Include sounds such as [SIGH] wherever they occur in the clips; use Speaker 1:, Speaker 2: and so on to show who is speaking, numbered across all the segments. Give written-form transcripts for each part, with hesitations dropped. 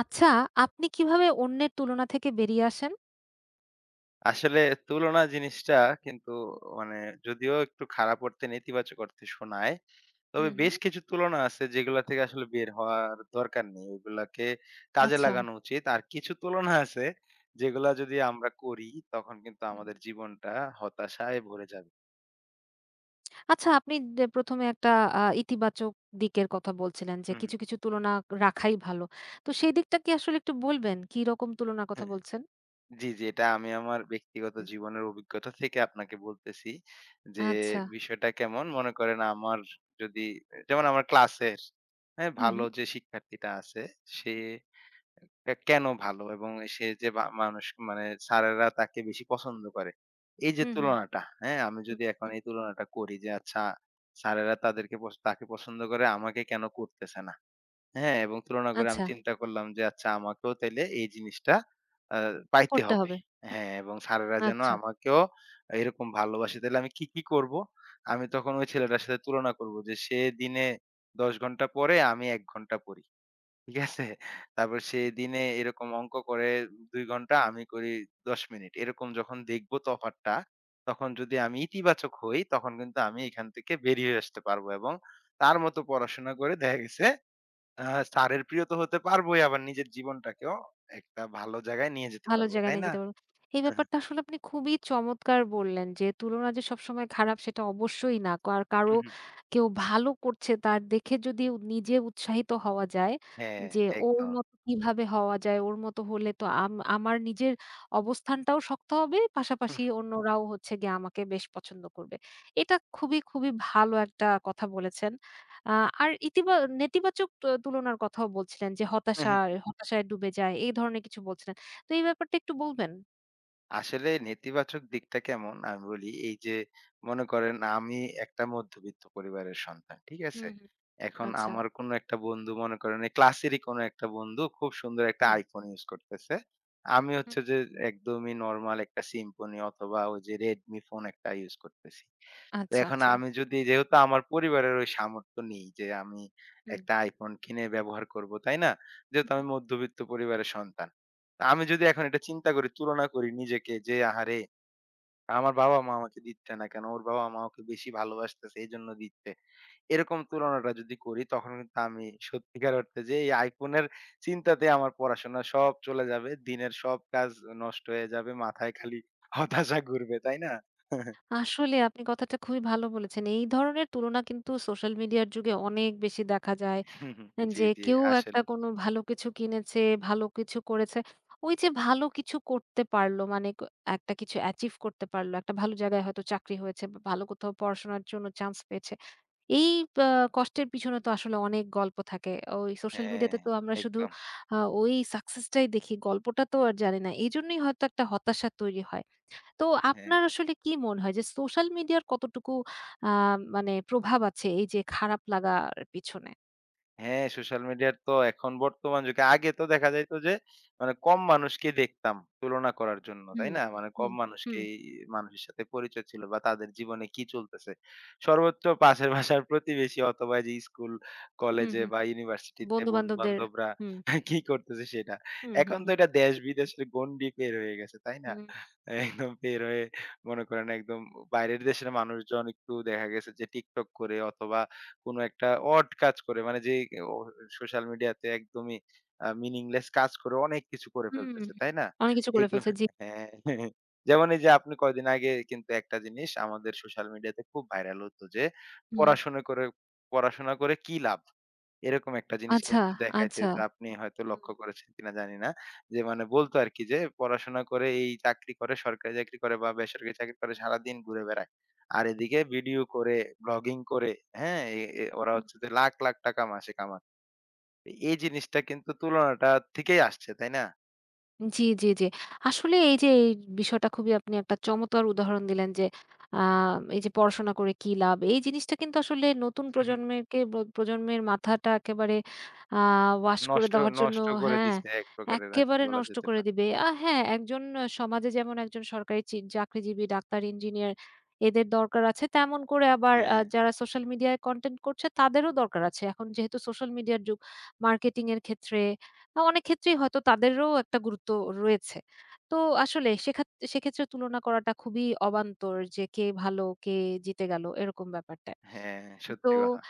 Speaker 1: আচ্ছা, আপনি কিভাবে অন্যের তুলনা থেকে বেরিয়ে আসেন?
Speaker 2: আসলে তুলনা জিনিসটা, কিন্তু মানে যদিও একটু খারাপ অর্থে নেতিবাচক অর্থে শোনায়। তবে
Speaker 1: হুম, হুম।
Speaker 2: বেশ কিছু তুলনা আছে যেগুলা থেকে আসলে বের হওয়ার দরকার নেই। ওগুলাকে কাজে
Speaker 1: আচ্ছা।
Speaker 2: লাগানো উচিত। আর কিছু তুলনা আছে যেগুলা যদি আমরা করি, তখন কিন্তু
Speaker 1: হু, হুম।
Speaker 2: আমাদের জীবনটা হতাশায় ভরে যাবে।
Speaker 1: আচ্ছা, আপনি ১ম এ একটা ইতিবাচক দিকের কথা বলছিলেন যে,
Speaker 2: হুম।
Speaker 1: কিছু তুলনা রাখাই ভালো। তো সেই দিকটা কি আসলে একটু বলবেন? কি রকম তুলনার কথা বলছেন?
Speaker 2: জি, জি। এটা আমি আমার ব্যক্তিগত
Speaker 1: হুম।
Speaker 2: জীবনের অভিজ্ঞতা থেকে আপনাকে বলতেছি যে,
Speaker 1: আচ্ছা।
Speaker 2: বিষয়টা কেমন? মনে করেন আমার যদি, যেমন আমার ক্লাসের, হ্যাঁ?
Speaker 1: হুম,
Speaker 2: ভালো
Speaker 1: হুম।
Speaker 2: যে শিক্ষার্থীটা আছে, সে কেন ভালো এবং সে যে বা মানুষ মানে স্যারেরা তাকে বেশি পছন্দ করে। এই যে
Speaker 1: হুম, হুম।
Speaker 2: তুলনাটা, হ্যাঁ? আমি
Speaker 1: হুম,
Speaker 2: যদি এখন
Speaker 1: হুম।
Speaker 2: এই তুলনাটা করি যে, আচ্ছা স্যারেরা তাদেরকে পছ তাকে পছন্দ করে, আমাকে কেন করতেছে না? হ্যাঁ, এবং তুলনা করে আমি
Speaker 1: আচ্ছা,
Speaker 2: চিন্তা করলাম যে আচ্ছা আমাকেও তাইলে এই জিনিসটা আ পাইতে
Speaker 1: করতে
Speaker 2: হবে।
Speaker 1: হবে। হুম।
Speaker 2: হ্যাঁ, এবং স্যারেরা যেন
Speaker 1: আচ্ছা।
Speaker 2: আমাকেও এরকম ভালোবাসে। তাইলে আমি কি, কি করব? আমি তখন ওই ছেলেটার সাথে তুলনা করব যে সে দিনে ১০ ঘন্টা পড়ে, আমি ১ ঘন্টা পড়ি। ঠিক আছে? তারপর সে দিনে এরকম অঙ্ক করে ২ ঘন্টা, আমি করি ১০ মিনিট। এরকম যখন দেখব তফাৎটা, তখন যদি আমি ইতিবাচক হই তখন কিন্তু আমি এখান থেকে বেরিয়ে আসতে পারব এবং তার মতো পড়াশোনা করে দেখা গেছে স্যারের প্রিয় তো হতে পারবোই, আবার নিজের জীবনটাকেও একটা ভালো জায়গায় নিয়ে যেতে
Speaker 1: ভালো
Speaker 2: পারবো,
Speaker 1: জায়গায়
Speaker 2: তাই
Speaker 1: নিয়ে
Speaker 2: না?
Speaker 1: যেতে পারবো। এই
Speaker 2: হ্যাঁ,
Speaker 1: ব্যাপারটা আসলে আপনি খুবই চমৎকার বললেন যে, তুলনা যে সবসময় খারাপ সেটা অবশ্যই না। আর
Speaker 2: হু, হু।
Speaker 1: কেউ ভালো করছে তার দেখে যদি নিজে উৎসাহিত হওয়া যায়
Speaker 2: হ্যাঁ,
Speaker 1: যে, ওর
Speaker 2: একদম।
Speaker 1: মতো কিভাবে হওয়া যায়, ওর মতো হলে তো আমার নিজের অবস্থানটাও শক্ত হবে,
Speaker 2: হু,
Speaker 1: পাশাপাশি
Speaker 2: হু,
Speaker 1: অন্যরাও হচ্ছে গিয়ে আমাকে বেশ পছন্দ করবে। এটা খুবই, খুবই ভালো একটা কথা বলেছেন। আ আর ইতিবা নেতিবাচক তুলনার কথাও বলছিলেন যে,
Speaker 2: হু, হু।
Speaker 1: হতাশায় ডুবে যায় এই ধরনের কিছু বলছিলেন। তো এই ব্যাপারটা একটু বলবেন?
Speaker 2: আসলে নেতিবাচক দিকটা কেমন, আমি বলি এই যে মনে করেন আমি একটা মধ্যবিত্ত পরিবারের সন্তান, ঠিক আছে?
Speaker 1: হুম,
Speaker 2: এখন
Speaker 1: আচ্ছা।
Speaker 2: আমার কোনো একটা বন্ধু, মনে করেন এই ক্লাসেরই কোনো একটা বন্ধু খুব
Speaker 1: হুম,
Speaker 2: সুন্দর একটা
Speaker 1: আচ্ছা, হুম,
Speaker 2: iPhone ইউজ করতেছে। আমি
Speaker 1: হুম।
Speaker 2: হচ্ছে যে একদমই নরমাল একটা Symphony অথবা ওই যে Redmi ফোন একটা ইউজ করতেছি। তো
Speaker 1: আচ্ছা,
Speaker 2: এখন
Speaker 1: আচ্ছা।
Speaker 2: আমি যদি, যেহেতু আমার পরিবারের ওই সামর্থ্য নেই যে আমি
Speaker 1: হুম,
Speaker 2: একটা আইফোন কিনে ব্যবহার করব, তাই না?
Speaker 1: হুম,
Speaker 2: যেহেতু
Speaker 1: হুম।
Speaker 2: আমি মধ্যবিত্ত পরিবারের সন্তান। তা আমি যদি এখন এটা চিন্তা করি, তুলনা করি নিজেকে যে, "আহারে! আমার বাবা-মা আমাকে দিচ্ছে না কেন? ওর বাবা-মা ওকে বেশি ভালোবাসতেছে, এজন্য দিচ্ছে।" এরকম তুলনাটা যদি করি, তখন কিন্তু আমি সত্যিকার অর্থে যে এই আইফোনের চিন্তাতে আমার পড়াশোনা সব চলে যাবে। দিনের সব কাজ নষ্ট হয়ে যাবে। মাথায় খালি হতাশা ঘুরবে, তাই না? [LAUGHS]
Speaker 1: আসলে আপনি কথাটা খুবই ভালো বলেছেন। এই ধরনের তুলনা কিন্তু সোশ্যাল মিডিয়ার যুগে অনেক বেশি দেখা যায়।
Speaker 2: জি,
Speaker 1: যে
Speaker 2: জি,
Speaker 1: কেউ একটা
Speaker 2: আসলে।
Speaker 1: কোনো ভালো কিছু কিনেছে, ভালো কিছু করেছে। ওই যে ভালো কিছু করতে পারলো মানে একটা কিছু অ্যাচিভ করতে পারলো। একটা ভালো জায়গায় হয়তো চাকরি হয়েছে বা ভালো কোথাও পড়াশোনার জন্য চান্স পেয়েছে। এই আ কষ্টের পিছনে তো আসলে অনেক গল্প থাকে। ওই সোশ্যাল
Speaker 2: হ্যাঁ,
Speaker 1: মিডিয়াতে তো আমরা শুধু
Speaker 2: একদম।
Speaker 1: ওই সাকসেসটাই দেখি। গল্পটা তো আর জানি না। এজন্যই হয়তো একটা হতাশা তৈরি হয়। তো
Speaker 2: হ্যাঁ,
Speaker 1: আপনার আসলে কি মনে হয় যে সোশ্যাল মিডিয়ার কতটুকু আ মানে প্রভাব আছে এই যে খারাপ লাগার পিছনে?
Speaker 2: হ্যাঁ, সোশ্যাল মিডিয়ার তো এখন, বর্তমান যুগে, আগে তো দেখা যাইত যে মানে কম মানুষকে দেখতাম তুলনা করার জন্য, তাই
Speaker 1: হুম,
Speaker 2: না? মানে
Speaker 1: হুম,
Speaker 2: কম
Speaker 1: হুম,
Speaker 2: মানুষকেই, মানুষের সাথে পরিচয় ছিল বা তাদের জীবনে কি চলতেছে। সর্বোচ্চ পাশের বাসার প্রতিবেশী অথবা এই যে স্কুল,
Speaker 1: হুম,
Speaker 2: কলেজে
Speaker 1: হুম।
Speaker 2: বা ইউনিভার্সিটিতে
Speaker 1: বন্ধু-বান্ধবদের,
Speaker 2: বন্ধু-বান্ধবরা
Speaker 1: হুম,
Speaker 2: [LAUGHS] কি করতেছে সেটা।
Speaker 1: হুম, হুম,
Speaker 2: এখন তো
Speaker 1: হুম,
Speaker 2: এটা দেশ-বিদেশের গণ্ডি পের হয়ে গেছে, তাই না?
Speaker 1: হুম, হুম,
Speaker 2: একদম পের হয়ে, মনে করেন, একদম বাইরের দেশের মানুষজন একটু দেখা গেছে যে TikTok করে অথবা কোনো একটা অড কাজ করে, মানে যে অ সোশ্যাল মিডিয়াতে একদমই meaningless কাজ করে অনেক কিছু করে
Speaker 1: হুম, হুম,
Speaker 2: ফেলতেছে, তাই না?
Speaker 1: অনেক কিছু করে
Speaker 2: এগুলো,
Speaker 1: ফেলছে। জি,
Speaker 2: হ্যাঁ, হ্যাঁ। যেমন এই যে আপনি কয়দিন আগে, কিন্তু একটা জিনিস আমাদের সোশ্যাল মিডিয়াতে খুব ভাইরাল হতো যে
Speaker 1: হুম।
Speaker 2: পড়াশোনা করে পড়াশোনা করে কি লাভ? এরকম একটা জিনিস
Speaker 1: আচ্ছা,
Speaker 2: কিন্তু দেখাইতে,
Speaker 1: আচ্ছা।
Speaker 2: তো আপনি হয়তো
Speaker 1: হুম।
Speaker 2: লক্ষ্য করেছেন কিনা জানি না। যে মানে বলতো আরকি যে, "পড়াশোনা করে এই চাকরি করে, সরকারি চাকরি করে বা বেসরকারি চাকরি করে সারাদিন ঘুরে বেড়ায়। আর এদিকে ভিডিও করে, ব্লগিং করে।" হ্যাঁ? এ এ ওরা হচ্ছে যে লাখ, লাখ টাকা মাসে কামায়। এই জিনিসটা কিন্তু তুলনাটা থেকেই আসছে, তাই না?
Speaker 1: জি, জি, জি। আসলে এই যে এই বিষয়টা খুবই আপনি একটা চমৎকার উদাহরণ দিলেন যে, আ এই যে পড়াশোনা করে কি লাভ? এই জিনিসটা কিন্তু আসলে নতুন
Speaker 2: হু, হু।
Speaker 1: প্রজন্মের মাথাটা একেবারে আ ওয়াশ করে
Speaker 2: নষ্ট
Speaker 1: দেওয়ার জন্য,
Speaker 2: নষ্ট করে
Speaker 1: হ্যাঁ,
Speaker 2: দিছে এক প্রকারের, আরকি
Speaker 1: এক্কেবারে
Speaker 2: বলা
Speaker 1: নষ্ট
Speaker 2: যেতে
Speaker 1: করে
Speaker 2: পারে।
Speaker 1: দিবে। হ্যাঁ, সমাজে যেমন একজন সরকারি চাকরিজীবী, ডাক্তার, ইঞ্জিনিয়ার এদের দরকার আছে, তেমন করে আবার
Speaker 2: হ্যাঁ,
Speaker 1: যারা সোশ্যাল মিডিয়ায় কনটেন্ট করছে তাদেরও দরকার আছে। এখন যেহেতু সোশ্যাল মিডিয়ার যুগ, মার্কেটিং এর ক্ষেত্রে অনেক ক্ষেত্রেই হয়তো তাদেরও একটা গুরুত্ব রয়েছে। তো আসলে সেক্ষেত্রে তুলনা করাটা খুবই অবান্তর যে কে ভালো, কে জিতে গেল এরকম ব্যাপারটা।
Speaker 2: হ্যাঁ,
Speaker 1: তো
Speaker 2: সত্যি কথা।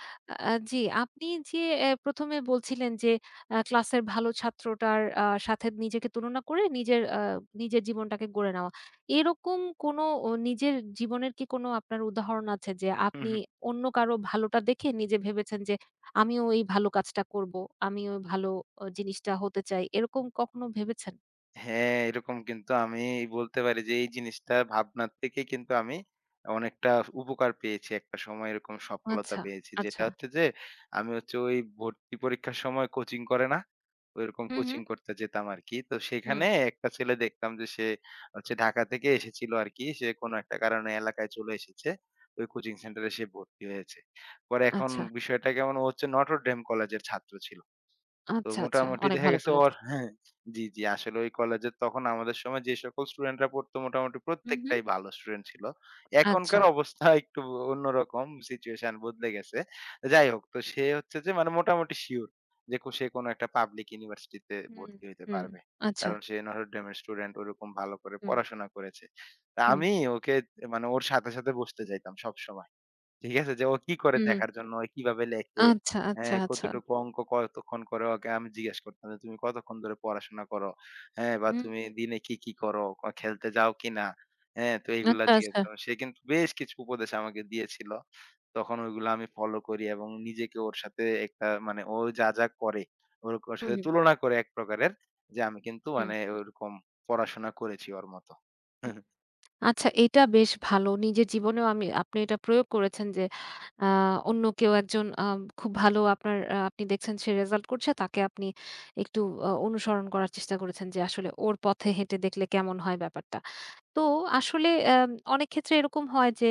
Speaker 1: জি, আপনি যে ১ম এ বলছিলেন যে ক্লাসের ভালো ছাত্রটার সাথে নিজেকে তুলনা করে নিজের জীবনটাকে গড়ে নেওয়া। এরকম কোনো নিজের জীবনের কি কোনো আপনার উদাহরণ আছে যে
Speaker 2: হুম,
Speaker 1: আপনি
Speaker 2: হুম।
Speaker 1: অন্য কারো ভালোটা দেখে নিজে ভেবেছেন যে আমিও এই ভালো কাজটা করব, আমিও ওই ভালো জিনিসটা হতে চাই। এরকম কখনো ভেবেছেন?
Speaker 2: হ্যাঁ, এরকম কিন্তু আমি বলতে পারি যে এই জিনিসটা ভাবনার থেকেই কিন্তু আমি অনেকটা উপকার পেয়েছি। একটা সময় এরকম সফলতা
Speaker 1: আচ্ছা,
Speaker 2: পেয়েছি। যেটা
Speaker 1: আচ্ছা।
Speaker 2: হচ্ছে যে আমি হচ্ছে ওই ভর্তি পরীক্ষার সময় কোচিং করে না? ওইরকম
Speaker 1: হুম, হুম,
Speaker 2: কোচিং করতে যেতাম আরকি। তো
Speaker 1: হুম।
Speaker 2: সেখানে একটা ছেলে দেখতাম যে সে হচ্ছে ঢাকা থেকে এসেছিল আরকি। সে কোনো একটা কারণে এলাকায় চলে এসেছে। ওই কোচিং সেন্টারে সে ভর্তি হয়েছে। পরে এখন
Speaker 1: আচ্ছা,
Speaker 2: বিষয়টা কেমন, ও হচ্ছে নটরডেম কলেজের ছাত্র ছিল। তো
Speaker 1: আচ্ছা, আচ্ছা।
Speaker 2: মোটামুটি
Speaker 1: অনেক
Speaker 2: দেখা
Speaker 1: ভালো
Speaker 2: গেছে
Speaker 1: কলেজ।
Speaker 2: ওর, হ্যাঁ, জি, জি। আসলে ওই কলেজে তখন আমাদের সময় যে সকল স্টুডেন্টরা পড়তো মোটামুটি
Speaker 1: হুম, হুম।
Speaker 2: প্রত্যেকটাই ভালো স্টুডেন্ট ছিল।
Speaker 1: আচ্ছা।
Speaker 2: এখনকার অবস্থা একটু অন্যরকম, সিচুয়েশন বদলে গেছে। যাই হোক, তো সে হচ্ছে যে মানে মোটামুটি সিউর যে সে কোনো একটা পাবলিক ইউনিভার্সিটিতে
Speaker 1: হুম,
Speaker 2: ভর্তি হইতে
Speaker 1: হুম।
Speaker 2: পারবে।
Speaker 1: আচ্ছা।
Speaker 2: কারণ সে নটরডেমের স্টুডেন্ট, ওরকম ভালো করে
Speaker 1: হুম।
Speaker 2: পড়াশোনা করেছে। তা
Speaker 1: হুম,
Speaker 2: আমি ওকে, মানে ওর সাথে বসতে চাইতাম সবসময়। ঠিক আছে? যে ও কি করে
Speaker 1: হুম।
Speaker 2: দেখার জন্য, ও কিভাবে লেখে,
Speaker 1: আচ্ছা, আচ্ছা,
Speaker 2: হ্যাঁ,
Speaker 1: আচ্ছা।
Speaker 2: কতটুকু অঙ্ক কতক্ষণ করে, ওকে আমি জিজ্ঞেস করতাম যে, "তুমি কতক্ষণ ধরে পড়াশোনা করো?" হ্যাঁ, বা
Speaker 1: হুম,
Speaker 2: "তুমি দিনে কি, কি করো? খেলতে যাও কিনা?" হ্যাঁ, তো এগুলা
Speaker 1: আচ্ছা,
Speaker 2: জিজ্ঞেস
Speaker 1: আচ্ছা।
Speaker 2: করতাম। সে কিন্তু বেশ কিছু উপদেশ আমাকে দিয়েছিল। তখন ওইগুলো আমি ফলো করি এবং নিজেকে ওর সাথে একটা, মানে ও যা, যা করে ওর ওর
Speaker 1: হুম,
Speaker 2: সাথে
Speaker 1: হুম,
Speaker 2: তুলনা করে এক প্রকারের যে আমি কিন্তু
Speaker 1: হুম,
Speaker 2: মানে ওরকম পড়াশোনা করেছি ওর মতো।
Speaker 1: হুম।
Speaker 2: [LAUGHS]
Speaker 1: আচ্ছা, এটা বেশ ভালো। নিজের জীবনেও আপনি এটা প্রয়োগ করেছেন যে আ অন্য কেউ একজন খুব ভালো আপনার আ আপনি দেখছেন সে রেজাল্ট করছে তাকে আপনি একটু অনুসরণ করার চেষ্টা করেছেন যে আসলে ওর পথে হেঁটে দেখলে কেমন হয় ব্যাপারটা। তো আসলে অনেক ক্ষেত্রে এরকম হয় যে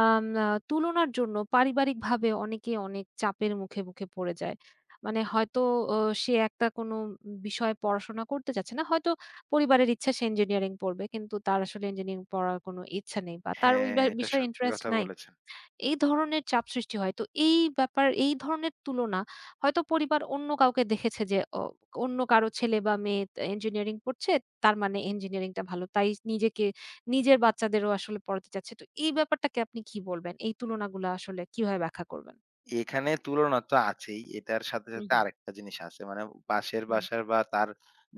Speaker 1: আম আ তুলনার জন্য পারিবারিকভাবে অনেকে অনেক চাপের মুখে পড়ে যায়। মানে হয়তো অ সে একটা কোনো বিষয়ে পড়াশোনা করতে চাচ্ছে না। হয়তো পরিবারের ইচ্ছা সে ইঞ্জিনিয়ারিং পড়বে। কিন্তু তার আসলে ইঞ্জিনিয়ারিং পড়ার কোনো ইচ্ছা নেই বা তার ওই
Speaker 2: হ্যাঁ, এটা
Speaker 1: বিষয়ে
Speaker 2: সত্যি
Speaker 1: ইন্টারেস্ট
Speaker 2: কথা
Speaker 1: নাই।
Speaker 2: বলেছেন।
Speaker 1: এই ধরনের চাপ সৃষ্টি হয়। তো এই ধরনের তুলনা হয়তো পরিবার অন্য কাউকে দেখেছে যে অন্য কারো ছেলে বা মেয়ে তে ইঞ্জিনিয়ারিং পড়ছে, তার মানে ইঞ্জিনিয়ারিংটা ভালো। তাই নিজের বাচ্চাদেরও আসলে পড়াতে চাচ্ছে। তো এই ব্যাপারটাকে আপনি কি বলবেন? এই তুলনাগুলা আসলে কিভাবে ব্যাখ্যা করবেন?
Speaker 2: এখানে তুলনা তো আছেই। এটার সাথে,
Speaker 1: হুম,
Speaker 2: সাথে
Speaker 1: হুম,
Speaker 2: আরেকটা জিনিস আছে। মানে পাশের
Speaker 1: হুম।
Speaker 2: বাসার বা তার,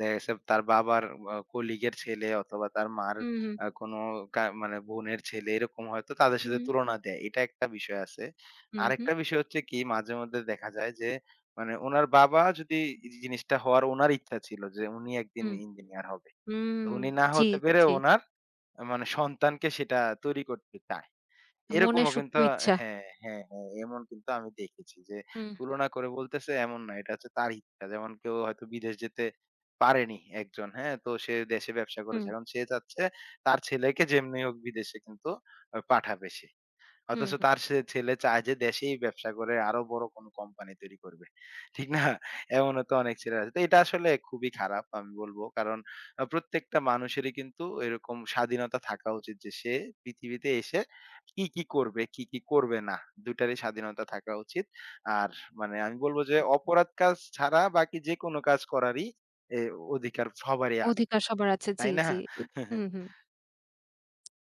Speaker 2: দেখা গেছে তার বাবার কলিগের ছেলে অথবা তার মার
Speaker 1: হুম, হুম,
Speaker 2: কোনো মানে বোনের ছেলে, এরকম হয়তো তাদের
Speaker 1: হুম,
Speaker 2: সাথে তুলনা দেয়। এটা একটা বিষয় আছে।
Speaker 1: হুম, হুম,
Speaker 2: আরেকটা বিষয় হচ্ছে কি, মাঝে মধ্যে দেখা যায় যে মানে উনার বাবা যদি, জিনিসটা হওয়ার উনার ইচ্ছা ছিল যে উনি একদিন
Speaker 1: হুম,
Speaker 2: ইঞ্জিনিয়ার হবে। তো
Speaker 1: হুম।
Speaker 2: উনি না
Speaker 1: জি,
Speaker 2: হতে পেরে
Speaker 1: জি।
Speaker 2: উনার, মানে সন্তানকে সেটা তৈরি করতে চায়।
Speaker 1: মনের
Speaker 2: এরকমও
Speaker 1: সুপ্ত
Speaker 2: কিন্তু,
Speaker 1: ইচ্ছা।
Speaker 2: হ্যাঁ, হ্যাঁ, হ্যাঁ, এমন কিন্তু আমি দেখেছি যে
Speaker 1: হুম,
Speaker 2: তুলনা করে বলতেছে এমন না। এটা হচ্ছে তার ইচ্ছা। যেমন কেউ হয়তো বিদেশ যেতে পারেনি একজন, হ্যাঁ? তো সে দেশে ব্যবসা
Speaker 1: হুম,
Speaker 2: করেছে। এখন সে চাচ্ছে তার ছেলেকে যেমনি হোক বিদেশে কিন্তু পাঠাবে সে।
Speaker 1: হুম,
Speaker 2: অথচ
Speaker 1: হুম,
Speaker 2: তার সে ছেলে চায় যে দেশেই ব্যবসা করে আরো বড় কোনো কোম্পানি তৈরি করবে। ঠিক না? এমনও তো অনেক ছেলে আছে। তো এটা আসলে খুবই খারাপ আমি বলব। কারণ প্রত্যেকটা মানুষেরই কিন্তু এরকম স্বাধীনতা থাকা উচিত যে সে পৃথিবীতে এসে কি, কি করবে, কি, কি করবে না। ২ টারই স্বাধীনতা থাকা উচিত। আর মানে আমি বলব যে
Speaker 1: হুম।
Speaker 2: অপরাধ কাজ ছাড়া বাকি যেকোনো কাজ করারই এ অধিকার সবারই আছে।
Speaker 1: অধিকার সবার আছে। জি,
Speaker 2: তাই না?
Speaker 1: জি।
Speaker 2: [LAUGHS]
Speaker 1: হুম, হুম।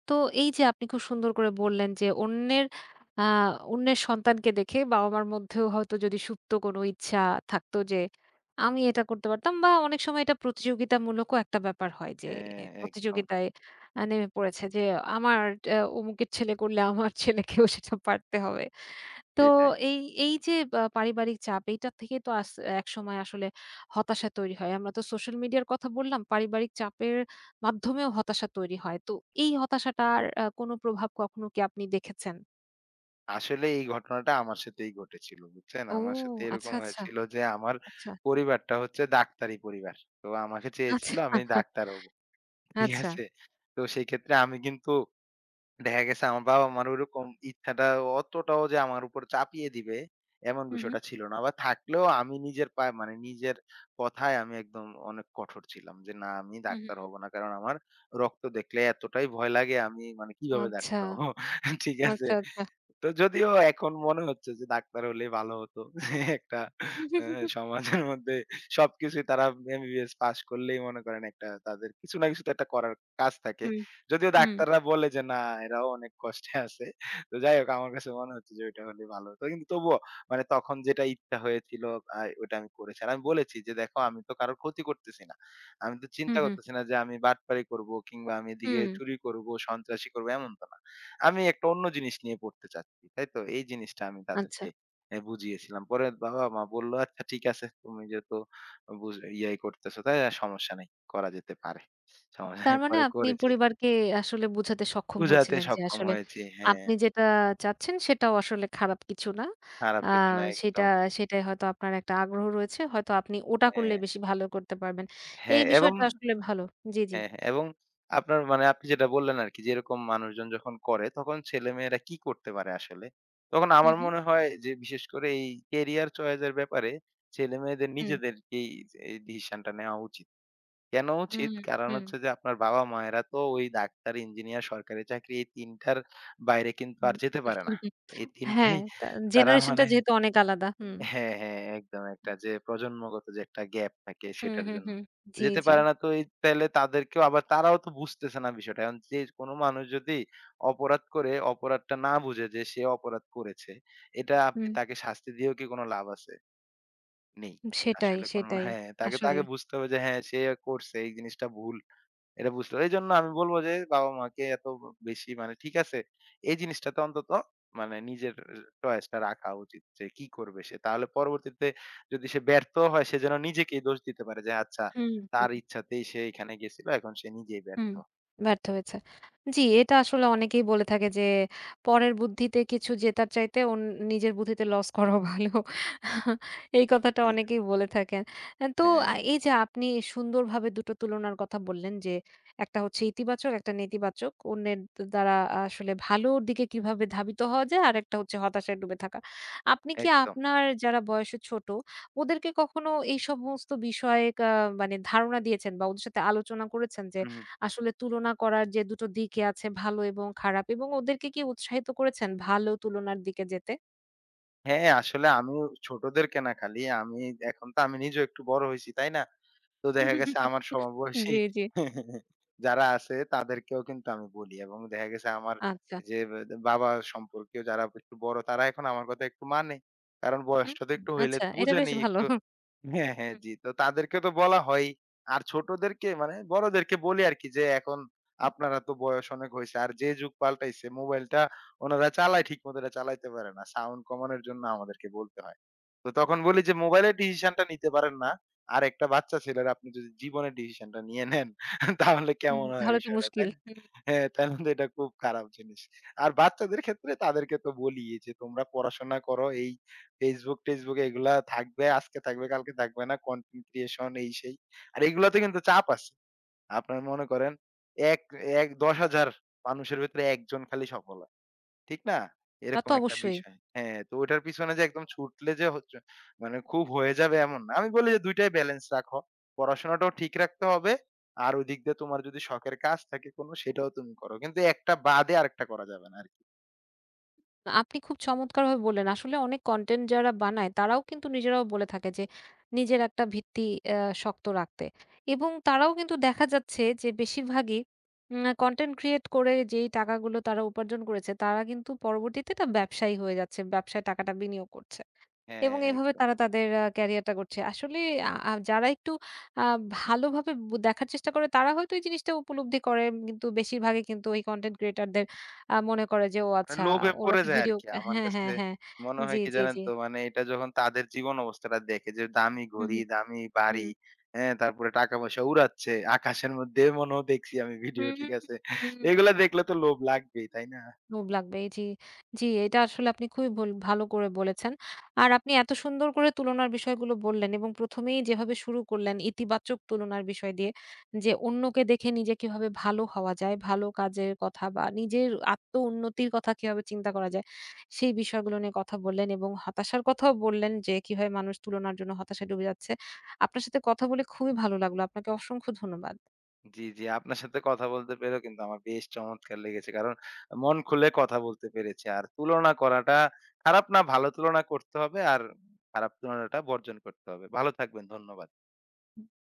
Speaker 1: তো এই যে আপনি খুব সুন্দর করে বললেন যে আ অন্যের সন্তানকে দেখে বাবা-মার মধ্যেও হয়তো যদি সুপ্ত কোনো ইচ্ছা থাকতো যে আমি এটা করতে পারতাম বা অনেক সময় এটা প্রতিযোগিতামূলকও একটা ব্যাপার হয় যে
Speaker 2: হ্যাঁ, একদম।
Speaker 1: প্রতিযোগিতায় নেমে পড়েছে যে আমার অমুকের ছেলে করলে আমার ছেলেকেও সেটা পারতে হবে। তো
Speaker 2: সেটাই।
Speaker 1: এই, এই যে বা পারিবারিক চাপ এইটা থেকে তো একসময় আসলে হতাশা তৈরি হয়। আমরা তো সোশ্যাল মিডিয়ার কথা বললাম, পারিবারিক চাপের মাধ্যমেও হতাশা তৈরি হয়। তো এই হতাশাটার কোনো প্রভাব কখনো কি আপনি দেখেছেন?
Speaker 2: আসলে এই ঘটনাটা আমার সাথেই ঘটেছিল। বুঝছেন?
Speaker 1: ও
Speaker 2: আমার সাথে
Speaker 1: আচ্ছা,
Speaker 2: এরকম
Speaker 1: আচ্ছা,
Speaker 2: হয়েছিল যে আমার
Speaker 1: আচ্ছা,
Speaker 2: পরিবারটা হচ্ছে ডাক্তারি পরিবার। তো আমাকে চেয়েছিল
Speaker 1: আচ্ছা,
Speaker 2: আমি
Speaker 1: [LAUGHS]
Speaker 2: ডাক্তার হব। ঠিক
Speaker 1: আচ্ছা।
Speaker 2: আছে? তো সেক্ষেত্রে আমি কিন্তু দেখা গেছে আমার বাবা-মার ওইরকম ইচ্ছাটা অতটাও যে আমার উপর চাপিয়ে দিবে, এমন
Speaker 1: হু, হু,
Speaker 2: বিষয়টা ছিল না। বা থাকলেও আমি নিজের পায়ে, মানে নিজের কথায় আমি একদম অনেক কঠোর ছিলাম। যে না, আমি
Speaker 1: হু, হু।
Speaker 2: ডাক্তার হব না। কারণ আমার রক্ত দেখলে এতটাই ভয় লাগে, আমি মানে কিভাবে
Speaker 1: আচ্ছা,
Speaker 2: ডাক্তার হব? [LAUGHS] ঠিক আছে?
Speaker 1: আচ্ছা, আচ্ছা।
Speaker 2: তো যদিও এখন মনে হচ্ছে যে ডাক্তার হলে ভালো হতো। [LAUGHS] যে একটা আ সমাজের মধ্যে সবকিছুই তারা এমবিবিএস পাস করলেই মনে করেন একটা, তাদের কিছু না কিছু তো একটা করার কাজ থাকে।
Speaker 1: হুম, হুম,
Speaker 2: যদিও
Speaker 1: হুম,
Speaker 2: ডাক্তাররা বলে যে না, এরাও অনেক কষ্টে আছে। তো যাই হোক, আমার কাছে মনে হচ্ছে যে ওইটা হলে ভালো হতো। কিন্তু তবুও মানে তখন যেটা ইচ্ছা হয়েছিল ওটা আমি করেছি। আর আমি বলেছি যে দেখো, আমি তো কারোর ক্ষতি করতেছি না। আমি তো
Speaker 1: হুম,
Speaker 2: চিন্তা
Speaker 1: হুম,
Speaker 2: করতেছি না যে আমি বাটপারি করব কিংবা আমি এদিকে
Speaker 1: হুম, হুম।
Speaker 2: চুরি করব, সন্ত্রাসী করব, এমন তো না। আমি একটা অন্য জিনিস নিয়ে পড়তে চাচ্ছি। তাই তো? এই জিনিসটা আমি
Speaker 1: আচ্ছা।
Speaker 2: তাদেরকে বুঝিয়েছিলাম। পরে বাবা-মা বলল, "আচ্ছা ঠিক আছে। তুমি যেহেতু ইয়াই করতেছো তাই আর সমস্যা নাই। করা যেতে পারে।" সমস্যা
Speaker 1: তার
Speaker 2: নেই,
Speaker 1: মানে
Speaker 2: পরে
Speaker 1: আপনি
Speaker 2: করেছি।
Speaker 1: পরিবারকে আসলে বোঝাতে সক্ষম
Speaker 2: বুঝাতে
Speaker 1: হয়েছিলেন যে
Speaker 2: সক্ষম
Speaker 1: আসলে
Speaker 2: হয়েছি। হ্যাঁ,
Speaker 1: আপনি যেটা চাচ্ছেন সেটাও আসলে খারাপ কিছু না।
Speaker 2: খারাপ
Speaker 1: আ
Speaker 2: কিছু না
Speaker 1: সেটা
Speaker 2: একদম।
Speaker 1: সেটাই হয়তো আপনার একটা আগ্রহ রয়েছে। হয়তো আপনি ওটা করলে
Speaker 2: হ্যাঁ,
Speaker 1: বেশি ভালো করতে পারবেন। এই
Speaker 2: হ্যাঁ এবং
Speaker 1: বিষয়টা আসলে ভালো। জি, জি।
Speaker 2: হ্যাঁ, হ্যাঁ এবং আপনার, মানে আপনি যেটা বললেন আরকি যে এরকম মানুষজন যখন করে তখন ছেলেমেয়েরা কি করতে পারে আসলে? তখন
Speaker 1: হু,
Speaker 2: আমার
Speaker 1: হু।
Speaker 2: মনে হয় যে বিশেষ করে এই ক্যারিয়ার চয়েস এর ব্যাপারে ছেলেমেয়েদের
Speaker 1: হুম,
Speaker 2: নিজেদেরকেই এই ডিসিশনটা নেওয়া উচিত। কেন উচিত?
Speaker 1: হুম,
Speaker 2: কারণ
Speaker 1: হুম,
Speaker 2: হচ্ছে যে আপনার বাবা-মায়েরা তো ওই ডাক্তার, ইঞ্জিনিয়ার, সরকারি চাকরি এই ৩ টার বাইরে কিন্তু
Speaker 1: হুম।
Speaker 2: আর যেতে পারে না। এই ৩
Speaker 1: হ্যাঁ,
Speaker 2: টাই
Speaker 1: তা
Speaker 2: তারা
Speaker 1: জেনারেশনটা
Speaker 2: মানে,
Speaker 1: যেহেতু অনেক আলাদা। হুম।
Speaker 2: হ্যাঁ, হ্যাঁ, একদম, একটা যে প্রজন্মগত যে একটা গ্যাপ থাকে
Speaker 1: হুম,
Speaker 2: সেটার
Speaker 1: হুম,
Speaker 2: জন্য।
Speaker 1: হুম। জি,
Speaker 2: যেতে
Speaker 1: জি।
Speaker 2: পারে না, তো এই তাইলে তাদেরকেও, আবার তারাও তো বুঝতেছে না বিষয়টা। এখন যে কোনো মানুষ যদি অপরাধ করে, অপরাধটা না বুঝে যে সে অপরাধ করেছে, এটা আপনি
Speaker 1: হুম,
Speaker 2: তাকে শাস্তি দিয়েও কি কোনো লাভ আছে? নেই।
Speaker 1: সেটাই,
Speaker 2: আসলে কোনো,
Speaker 1: সেটাই।
Speaker 2: হ্যাঁ, তাকে তো
Speaker 1: আসলেই।
Speaker 2: আগে বুঝতে হবে যে হ্যাঁ, সে করছে এই জিনিসটা ভুল। এটা বুঝলো। এইজন্য আমি বলব যে বাবা-মাকে এত বেশি, মানে ঠিক আছে, এই জিনিসটাতে অন্তত মানে নিজের চয়েসটা রাখা উচিত যে কি করবে সে। তাহলে পরবর্তীতে যদি সে ব্যর্থ হয় সে যেন নিজেকেই দোষ দিতে পারে যে আচ্ছা
Speaker 1: হুম,
Speaker 2: তার
Speaker 1: হুম।
Speaker 2: ইচ্ছাতেই সে এখানে গেছিল। এখন সে নিজেই
Speaker 1: হুম,
Speaker 2: ব্যর্থ।
Speaker 1: ব্যর্থ হয়েছে। জি, এটা আসলে অনেকেই বলে থাকে যে, পরের বুদ্ধিতে কিছু জেতার চাইতে নিজের বুদ্ধিতে লস করা ভালো। এই কথাটা
Speaker 2: হুম, হুম।
Speaker 1: অনেকেই বলে থাকেন। তো
Speaker 2: হ্যাঁ,
Speaker 1: এই যে আপনি সুন্দরভাবে ২ টো তুলনার কথা বললেন যে, একটা হচ্ছে ইতিবাচক, একটা নেতিবাচক। অন্যের দ্বারা আসলে ভালোর দিকে কিভাবে ধাবিত হওয়া যায়, আরেকটা হচ্ছে হতাশায় ডুবে থাকা। আপনি কি
Speaker 2: একদম।
Speaker 1: আপনার যারা বয়সে ছোট, ওদেরকে কখনো এই সমস্ত বিষয়ে মানে ধারণা দিয়েছেন বা ওদের সাথে আলোচনা করেছেন যে
Speaker 2: হুম, হুম।
Speaker 1: আসলে তুলনা করার যে দুটো দিকই আছে ভালো এবং খারাপ এবং ওদেরকে কি উৎসাহিত করেছেন ভালো তুলনার দিকে যেতে?
Speaker 2: হ্যাঁ, আসলে আমিও ছোটদেরকে না, খালি আমি, এখন তো আমি নিজেও একটু বড় হইছি, তাই না? তো দেখা গেছে আমার সমবয়সী
Speaker 1: জি, জি।
Speaker 2: [LAUGHS] যারা আছে তাদেরকেও কিন্তু আমি বলি এবং দেখা গেছে আমার
Speaker 1: আচ্ছা।
Speaker 2: যে বাবা সম্পর্কীয় যারা একটু বড় তারা এখন আমার কথা একটু মানে। কারণ
Speaker 1: হুম,
Speaker 2: বয়সটা তো একটু হইলে
Speaker 1: আচ্ছা, এটা বেশ
Speaker 2: বুঝেনি
Speaker 1: ভালো।
Speaker 2: একটু, হ্যাঁ, হ্যাঁ,
Speaker 1: হুম,
Speaker 2: জি। তো তাদেরকে তো বলা হয়ই। আর ছোটদেরকে, মানে বড়দেরকে বলি আরকি যে, "এখন
Speaker 1: হুম,
Speaker 2: আপনারা তো বয়স অনেক হইছে। আর যে যুগ পাল্টাইছে, মোবাইলটা ওনারা চালায় ঠিকমতো, এটা চালাইতে পারে না। সাউন্ড কমানোর জন্য আমাদেরকে বলতে হয়।" তো তখন বলি যে, "মোবাইলের ডিসিশনটা নিতে পারেন না। আর একটা বাচ্চা ছেলের আপনি যদি জীবনের ডিসিশনটা নিয়ে নেন [LAUGHS] তাহলে
Speaker 1: হুম,
Speaker 2: কেমন হয়
Speaker 1: তাহলে তো
Speaker 2: বিষয়টা?" তাই
Speaker 1: মুশকিল।
Speaker 2: না?
Speaker 1: হুম,
Speaker 2: হ্যাঁ, তাহলে তো এটা খুব খারাপ জিনিস। আর বাচ্চাদের ক্ষেত্রে তাদেরকে তো বলি যে, "তোমরা পড়াশোনা করো। এই Facebook টেসবুক এগুলা থাকবে, আজকে থাকবে কালকে থাকবে না। কনটেন্ট ক্রিয়েশন এই সেই। আর এগুলাতে কিন্তু চাপ আছে। আপনার মনে করেন এক এক ১০,০০০ মানুষের ভেতরে একজন খালি সফল হয়। ঠিক না?
Speaker 1: তা তো
Speaker 2: এরকম একটা
Speaker 1: অবশ্যই।
Speaker 2: বিষয়।" হ্যাঁ, তো ওটার পিছনে যে একদম ছুটলে যে হচ্ছে, মানে খুব হয়ে যাবে এমন না। আমি বলি যে ২ টাই ব্যালেন্স রাখো। পড়াশোনাটাও ঠিক রাখতে হবে। আর ওদিক দিয়ে তোমার যদি শখের কাজ থাকে কোনো, সেটাও তুমি করো। কিন্তু একটা বাদে আরেকটা করা যাবে না আরকি।
Speaker 1: আপনি খুব চমৎকারভাবে বললেন। আসলে অনেক কনটেন্ট যারা বানায় তারাও কিন্তু নিজেরাও বলে থাকে যে নিজের একটা ভিত্তি আ শক্ত রাখতে। এবং তারাও কিন্তু দেখা যাচ্ছে যে বেশিরভাগই কনটেন্ট ক্রিয়েট করে যেই টাকাগুলো তারা উপার্জন করেছে তারা কিন্তু পরবর্তীতে এটা ব্যবসায়ী হয়ে যাচ্ছে। ব্যবসায় টাকাটা বিনিয়োগ করছে।
Speaker 2: হ্যাঁ,
Speaker 1: এবং এভাবে
Speaker 2: একদম।
Speaker 1: তারা তাদের ক্যারিয়ারটা গড়ছে। আসলে আ আ যারা একটু আ ভালোভাবে দেখার চেষ্টা করে তারা হয়তো এই জিনিসটা উপলব্ধি করে। কিন্তু বেশিরভাগই কিন্তু এই কনটেন্ট ক্রিয়েটর দের মনে করে যে, "ও
Speaker 2: মানে
Speaker 1: আচ্ছা
Speaker 2: লোভে
Speaker 1: ওরা
Speaker 2: পড়ে
Speaker 1: তো
Speaker 2: যায়
Speaker 1: ভিডিও।"
Speaker 2: আরকি। আমার
Speaker 1: হ্যাঁ, হ্যাঁ,
Speaker 2: কাছে
Speaker 1: হ্যাঁ।
Speaker 2: মনে
Speaker 1: জি,
Speaker 2: হয় কি
Speaker 1: জি,
Speaker 2: জানেন
Speaker 1: জি।
Speaker 2: তো? মানে এটা যখন তাদের জীবন অবস্থাটা দেখে, যে দামি
Speaker 1: হু, হু।
Speaker 2: ঘড়ি, দামি
Speaker 1: হুম।
Speaker 2: বাড়ি, হ্যাঁ? তারপরে টাকা-পয়সা উড়াচ্ছে আকাশের মধ্যে, এমনও দেখছি আমি ভিডিও,
Speaker 1: হুম,
Speaker 2: ঠিক
Speaker 1: হুম,
Speaker 2: আছে?
Speaker 1: হুম।
Speaker 2: এগুলা দেখলে তো লোভ লাগবেই, তাই না?
Speaker 1: লোভ লাগবে। জি, জি, এটা আসলে আপনি খুবই ভালো করে বলেছেন। আর আপনি এত সুন্দর করে তুলনার বিষয়গুলো বললেন এবং ১ম এই যেভাবে শুরু করলেন ইতিবাচক তুলনার বিষয় দিয়ে। যে অন্যকে দেখে নিজে কিভাবে ভালো হওয়া যায়, ভালো কাজের কথা বা নিজের আত্ম উন্নতির কথা কিভাবে চিন্তা করা যায়, সেই বিষয়গুলো নিয়ে কথা বললেন এবং হতাশার কথাও বললেন যে কিভাবে মানুষ তুলনার জন্য হতাশায় ডুবে যাচ্ছে। আপনার সাথে কথা বলে খুবই ভালো লাগলো। আপনাকে অসংখ্য ধন্যবাদ।
Speaker 2: জি, জি। আপনার সাথে কথা বলতে পেরেও কিন্তু আমার বেশ চমৎকার লেগেছে। কারণ মন খুলে কথা বলতে পেরেছি। আর তুলনা করাটা খারাপ না, ভালো তুলনা করতে হবে আর খারাপ তুলনাটা বর্জন করতে হবে। ভালো থাকবেন। ধন্যবাদ।